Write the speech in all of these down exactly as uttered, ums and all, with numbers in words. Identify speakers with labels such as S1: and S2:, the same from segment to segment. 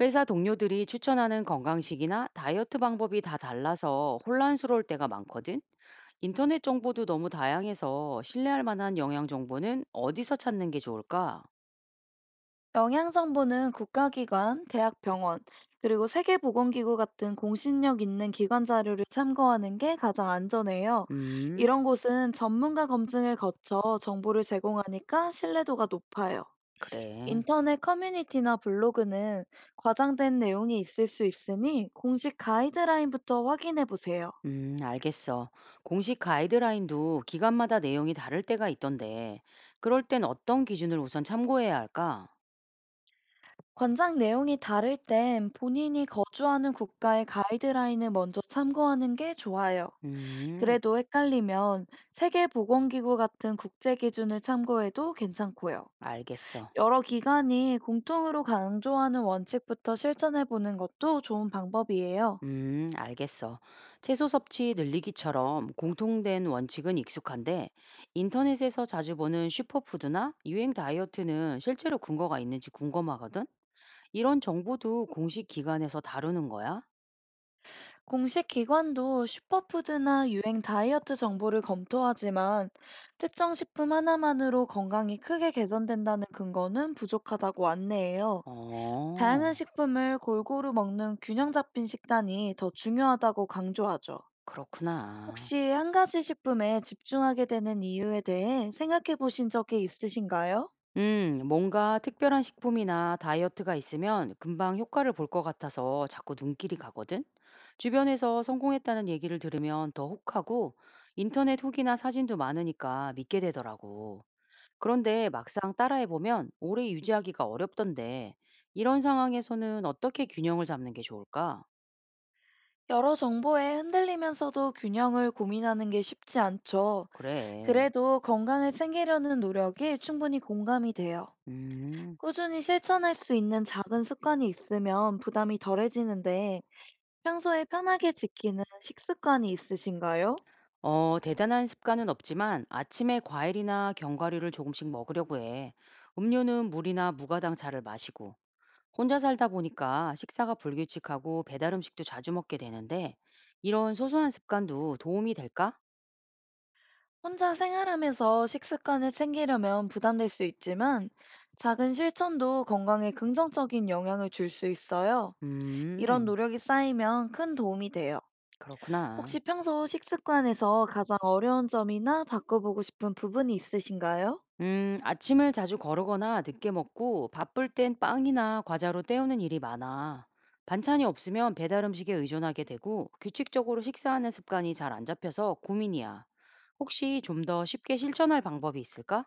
S1: 회사 동료들이 추천하는 건강식이나 다이어트 방법이 다 달라서 혼란스러울 때가 많거든. 인터넷 정보도 너무 다양해서 신뢰할 만한 영양 정보는 어디서 찾는 게 좋을까?
S2: 영양 정보는 국가기관, 대학병원, 그리고 세계보건기구 같은 공신력 있는 기관 자료를 참고하는 게 가장 안전해요.
S1: 음,
S2: 이런 곳은 전문가 검증을 거쳐 정보를 제공하니까 신뢰도가 높아요.
S1: 그래.
S2: 인터넷 커뮤니티나 블로그는 과장된 내용이 있을 수 있으니 공식 가이드라인부터 확인해 보세요.
S1: 음, 알겠어. 공식 가이드라인도 기간마다 내용이 다를 때가 있던데, 그럴 땐 어떤 기준을 우선 참고해야 할까?
S2: 권장 내용이 다를 땐 본인이 거주하는 국가의 가이드라인을 먼저 참고하는 게 좋아요.
S1: 음,
S2: 그래도 헷갈리면 세계보건기구 같은 국제 기준을 참고해도 괜찮고요.
S1: 알겠어.
S2: 여러 기관이 공통으로 강조하는 원칙부터 실천해 보는 것도 좋은 방법이에요.
S1: 음, 알겠어. 채소 섭취 늘리기처럼 공통된 원칙은 익숙한데, 인터넷에서 자주 보는 슈퍼푸드나 유행 다이어트는 실제로 근거가 있는지 궁금하거든? 이런 정보도 공식 기관에서 다루는 거야?
S2: 공식 기관도 슈퍼푸드나 유행 다이어트 정보를 검토하지만 특정 식품 하나만으로 건강이 크게 개선된다는 근거는 부족하다고 안내해요.
S1: 어,
S2: 다양한 식품을 골고루 먹는 균형 잡힌 식단이 더 중요하다고 강조하죠.
S1: 그렇구나.
S2: 혹시 한 가지 식품에 집중하게 되는 이유에 대해 생각해 보신 적이 있으신가요?
S1: 음, 뭔가 특별한 식품이나 다이어트가 있으면 금방 효과를 볼 것 같아서 자꾸 눈길이 가거든. 주변에서 성공했다는 얘기를 들으면 더 혹하고 인터넷 후기나 사진도 많으니까 믿게 되더라고. 그런데 막상 따라해보면 오래 유지하기가 어렵던데 이런 상황에서는 어떻게 균형을 잡는 게 좋을까?
S2: 여러 정보에 흔들리면서도 균형을 고민하는 게 쉽지 않죠.
S1: 그래.
S2: 그래도 건강을 챙기려는 노력이 충분히 공감이 돼요.
S1: 음.
S2: 꾸준히 실천할 수 있는 작은 습관이 있으면 부담이 덜해지는데 평소에 편하게 지키는 식습관이 있으신가요?
S1: 어, 대단한 습관은 없지만 아침에 과일이나 견과류를 조금씩 먹으려고 해. 음료는 물이나 무가당 차를 마시고. 혼자 살다 보니까 식사가 불규칙하고 배달 음식도 자주 먹게 되는데, 이런 소소한 습관도 도움이 될까?
S2: 혼자 생활하면서 식습관을 챙기려면 부담될 수 있지만 작은 실천도 건강에 긍정적인 영향을 줄 수 있어요. 이런
S1: 음,
S2: 노력이 쌓이면 큰 도움이 돼요. 혹시
S1: 그렇구나.
S2: 평소 식습관에서 가장 어려운 점이나 바꿔보고 싶은 부분이 있으신가요?
S1: 음, 아침을 자주 거르거나 늦게 먹고 바쁠 땐 빵이나 과자로 때우는 일이 많아. 반찬이 없으면 배달 음식에 의존하게 되고 규칙적으로 식사하는 습관이 잘 안 잡혀서 고민이야. 혹시 좀 더 쉽게 실천할 방법이 있을까?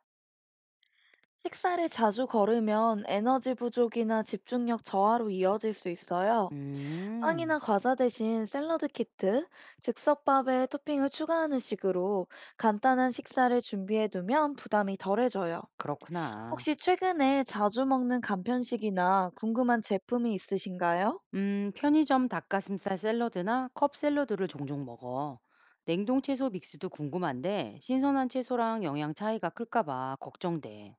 S2: 식사를 자주 거르면 에너지 부족이나 집중력 저하로 이어질 수 있어요.
S1: 음,
S2: 빵이나 과자 대신 샐러드 키트, 즉석밥에 토핑을 추가하는 식으로 간단한 식사를 준비해 두면 부담이 덜해져요.
S1: 그렇구나.
S2: 혹시 최근에 자주 먹는 간편식이나 궁금한 제품이 있으신가요?
S1: 음, 편의점 닭가슴살 샐러드나 컵 샐러드를 종종 먹어. 냉동 채소 믹스도 궁금한데 신선한 채소랑 영양 차이가 클까 봐 걱정돼.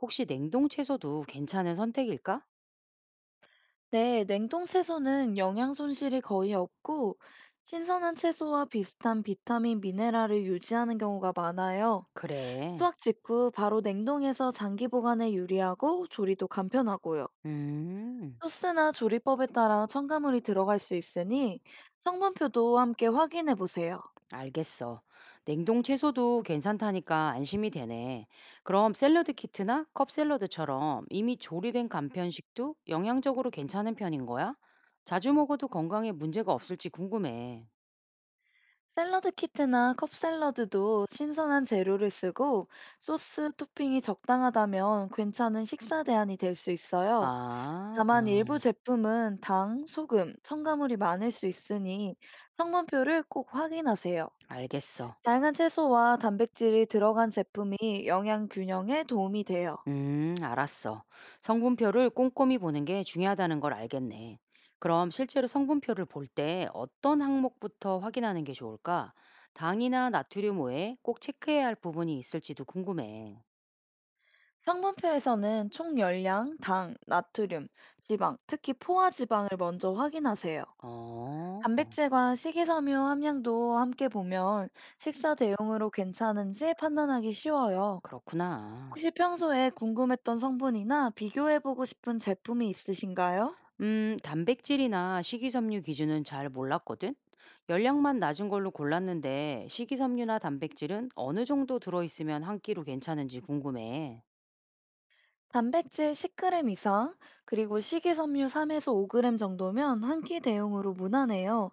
S1: 혹시 냉동 채소도 괜찮은 선택일까?
S2: 네, 냉동 채소는 영양 손실이 거의 없고 신선한 채소와 비슷한 비타민, 미네랄을 유지하는 경우가 많아요.
S1: 그래.
S2: 수확 직후 바로 냉동해서 장기 보관에 유리하고 조리도 간편하고요.
S1: 음,
S2: 소스나 조리법에 따라 첨가물이 들어갈 수 있으니 성분표도 함께 확인해 보세요.
S1: 알겠어. 냉동 채소도 괜찮다니까 안심이 되네. 그럼 샐러드 키트나 컵 샐러드처럼 이미 조리된 간편식도 영양적으로 괜찮은 편인 거야? 자주 먹어도 건강에 문제가 없을지 궁금해.
S2: 샐러드 키트나 컵 샐러드도 신선한 재료를 쓰고 소스 토핑이 적당하다면 괜찮은 식사 대안이 될 수 있어요.
S1: 아,
S2: 다만 일부
S1: 음,
S2: 제품은 당, 소금, 첨가물이 많을 수 있으니 성분표를 꼭 확인하세요.
S1: 알겠어.
S2: 다양한 채소와 단백질이 들어간 제품이 영양 균형에 도움이 돼요.
S1: 음, 알았어. 성분표를 꼼꼼히 보는 게 중요하다는 걸 알겠네. 그럼 실제로 성분표를 볼 때 어떤 항목부터 확인하는 게 좋을까? 당이나 나트륨 외에 꼭 체크해야 할 부분이 있을지도 궁금해.
S2: 성분표에서는 총 열량, 당, 나트륨, 지방, 특히 포화 지방을 먼저 확인하세요.
S1: 어, 어,
S2: 단백질과 식이섬유 함량도 함께 보면 식사 대용으로 괜찮은지 판단하기 쉬워요.
S1: 그렇구나.
S2: 혹시 평소에 궁금했던 성분이나 비교해보고 싶은 제품이 있으신가요?
S1: 음, 단백질이나 식이섬유 기준은 잘 몰랐거든? 열량만 낮은 걸로 골랐는데 식이섬유나 단백질은 어느 정도 들어있으면 한 끼로 괜찮은지 궁금해.
S2: 단백질 십 그램 이상, 그리고 식이섬유 삼에서 오 그램 정도면 한끼 대용으로 무난해요.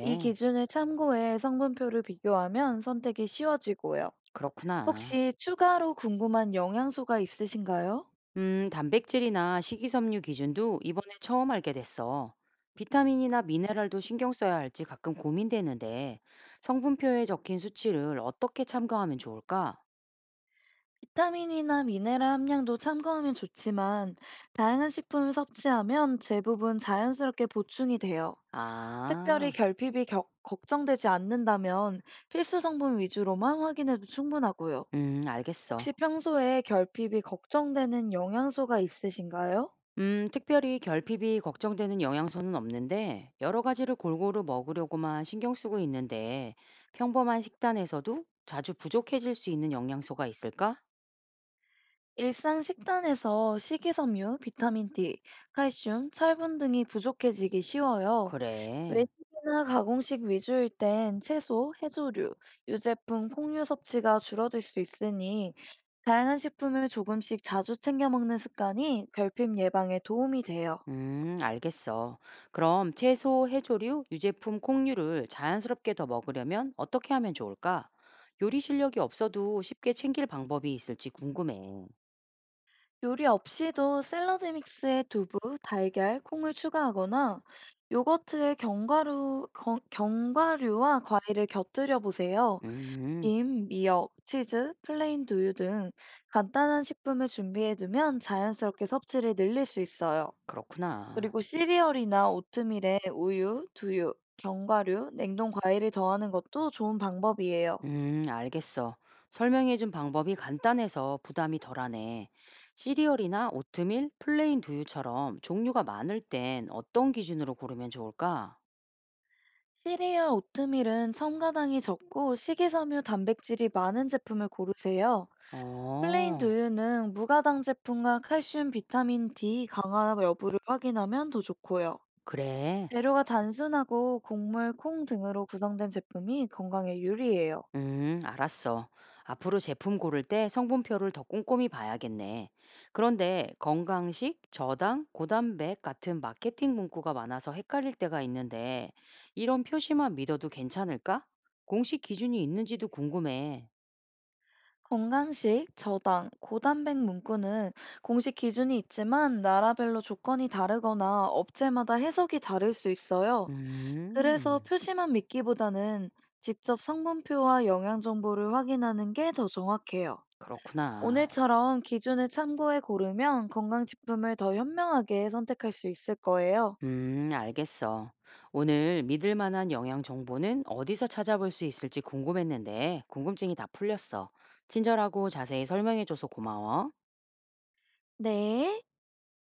S2: 이 기준을 참고해 성분표를 비교하면 선택이 쉬워지고요.
S1: 그렇구나.
S2: 혹시 추가로 궁금한 영양소가 있으신가요?
S1: 음, 단백질이나 식이섬유 기준도 이번에 처음 알게 됐어. 비타민이나 미네랄도 신경 써야 할지 가끔 고민되는데, 성분표에 적힌 수치를 어떻게 참고하면 좋을까?
S2: 비타민이나 미네랄 함량도 참고하면 좋지만 다양한 식품을 섭취하면 대부분 자연스럽게 보충이 돼요. 특별히
S1: 아,
S2: 결핍이 겨- 걱정되지 않는다면 필수 성분 위주로만 확인해도 충분하고요.
S1: 음, 알겠어.
S2: 혹시 평소에 결핍이 걱정되는 영양소가 있으신가요?
S1: 음, 특별히 결핍이 걱정되는 영양소는 없는데, 여러 가지를 골고루 먹으려고만 신경 쓰고 있는데, 평범한 식단에서도 자주 부족해질 수 있는 영양소가 있을까?
S2: 일상 식단에서 식이섬유, 비타민 디, 칼슘, 철분 등이 부족해지기 쉬워요.
S1: 그래.
S2: 외식이나 가공식 위주일 땐 채소, 해조류, 유제품, 콩류 섭취가 줄어들 수 있으니 다양한 식품을 조금씩 자주 챙겨 먹는 습관이 결핍 예방에 도움이 돼요.
S1: 음, 알겠어. 그럼 채소, 해조류, 유제품, 콩류를 자연스럽게 더 먹으려면 어떻게 하면 좋을까? 요리 실력이 없어도 쉽게 챙길 방법이 있을지 궁금해.
S2: 요리 없이도 샐러드 믹스에 두부, 달걀, 콩을 추가하거나 요거트에 견과류, 건- 견과류와 과일을 곁들여 보세요.
S1: 음,
S2: 김, 미역, 치즈, 플레인 두유 등 간단한 식품을 준비해 두면 자연스럽게 섭취를 늘릴 수 있어요.
S1: 그렇구나.
S2: 그리고 시리얼이나 오트밀에 우유, 두유, 견과류, 냉동 과일을 더하는 것도 좋은 방법이에요.
S1: 음, 알겠어. 설명해준 방법이 간단해서 부담이 덜하네. 시리얼이나 오트밀, 플레인 두유처럼 종류가 많을 땐 어떤 기준으로 고르면 좋을까?
S2: 시리얼 오트밀은 첨가당이 적고 식이섬유 단백질이 많은 제품을 고르세요. 플레인
S1: 어,
S2: 두유는 무가당 제품과 칼슘, 비타민 디 강화 여부를 확인하면 더 좋고요.
S1: 그래.
S2: 재료가 단순하고 곡물, 콩 등으로 구성된 제품이 건강에 유리해요.
S1: 음, 알았어. 앞으로 제품 고를 때 성분표를 더 꼼꼼히 봐야겠네. 그런데 건강식, 저당, 고단백 같은 마케팅 문구가 많아서 헷갈릴 때가 있는데, 이런 표시만 믿어도 괜찮을까? 공식 기준이 있는지도 궁금해.
S2: 건강식, 저당, 고단백 문구는 공식 기준이 있지만 나라별로 조건이 다르거나 업체마다 해석이 다를 수 있어요. 그래서
S1: 음,
S2: 표시만 믿기보다는 직접 성분표와 영양 정보를 확인하는 게 더 정확해요.
S1: 그렇구나.
S2: 오늘처럼 기준을 참고해 고르면 건강식품을 더 현명하게 선택할 수 있을 거예요.
S1: 음, 알겠어. 오늘 믿을 만한 영양 정보는 어디서 찾아볼 수 있을지 궁금했는데, 궁금증이 다 풀렸어. 친절하고 자세히 설명해줘서 고마워.
S2: 네.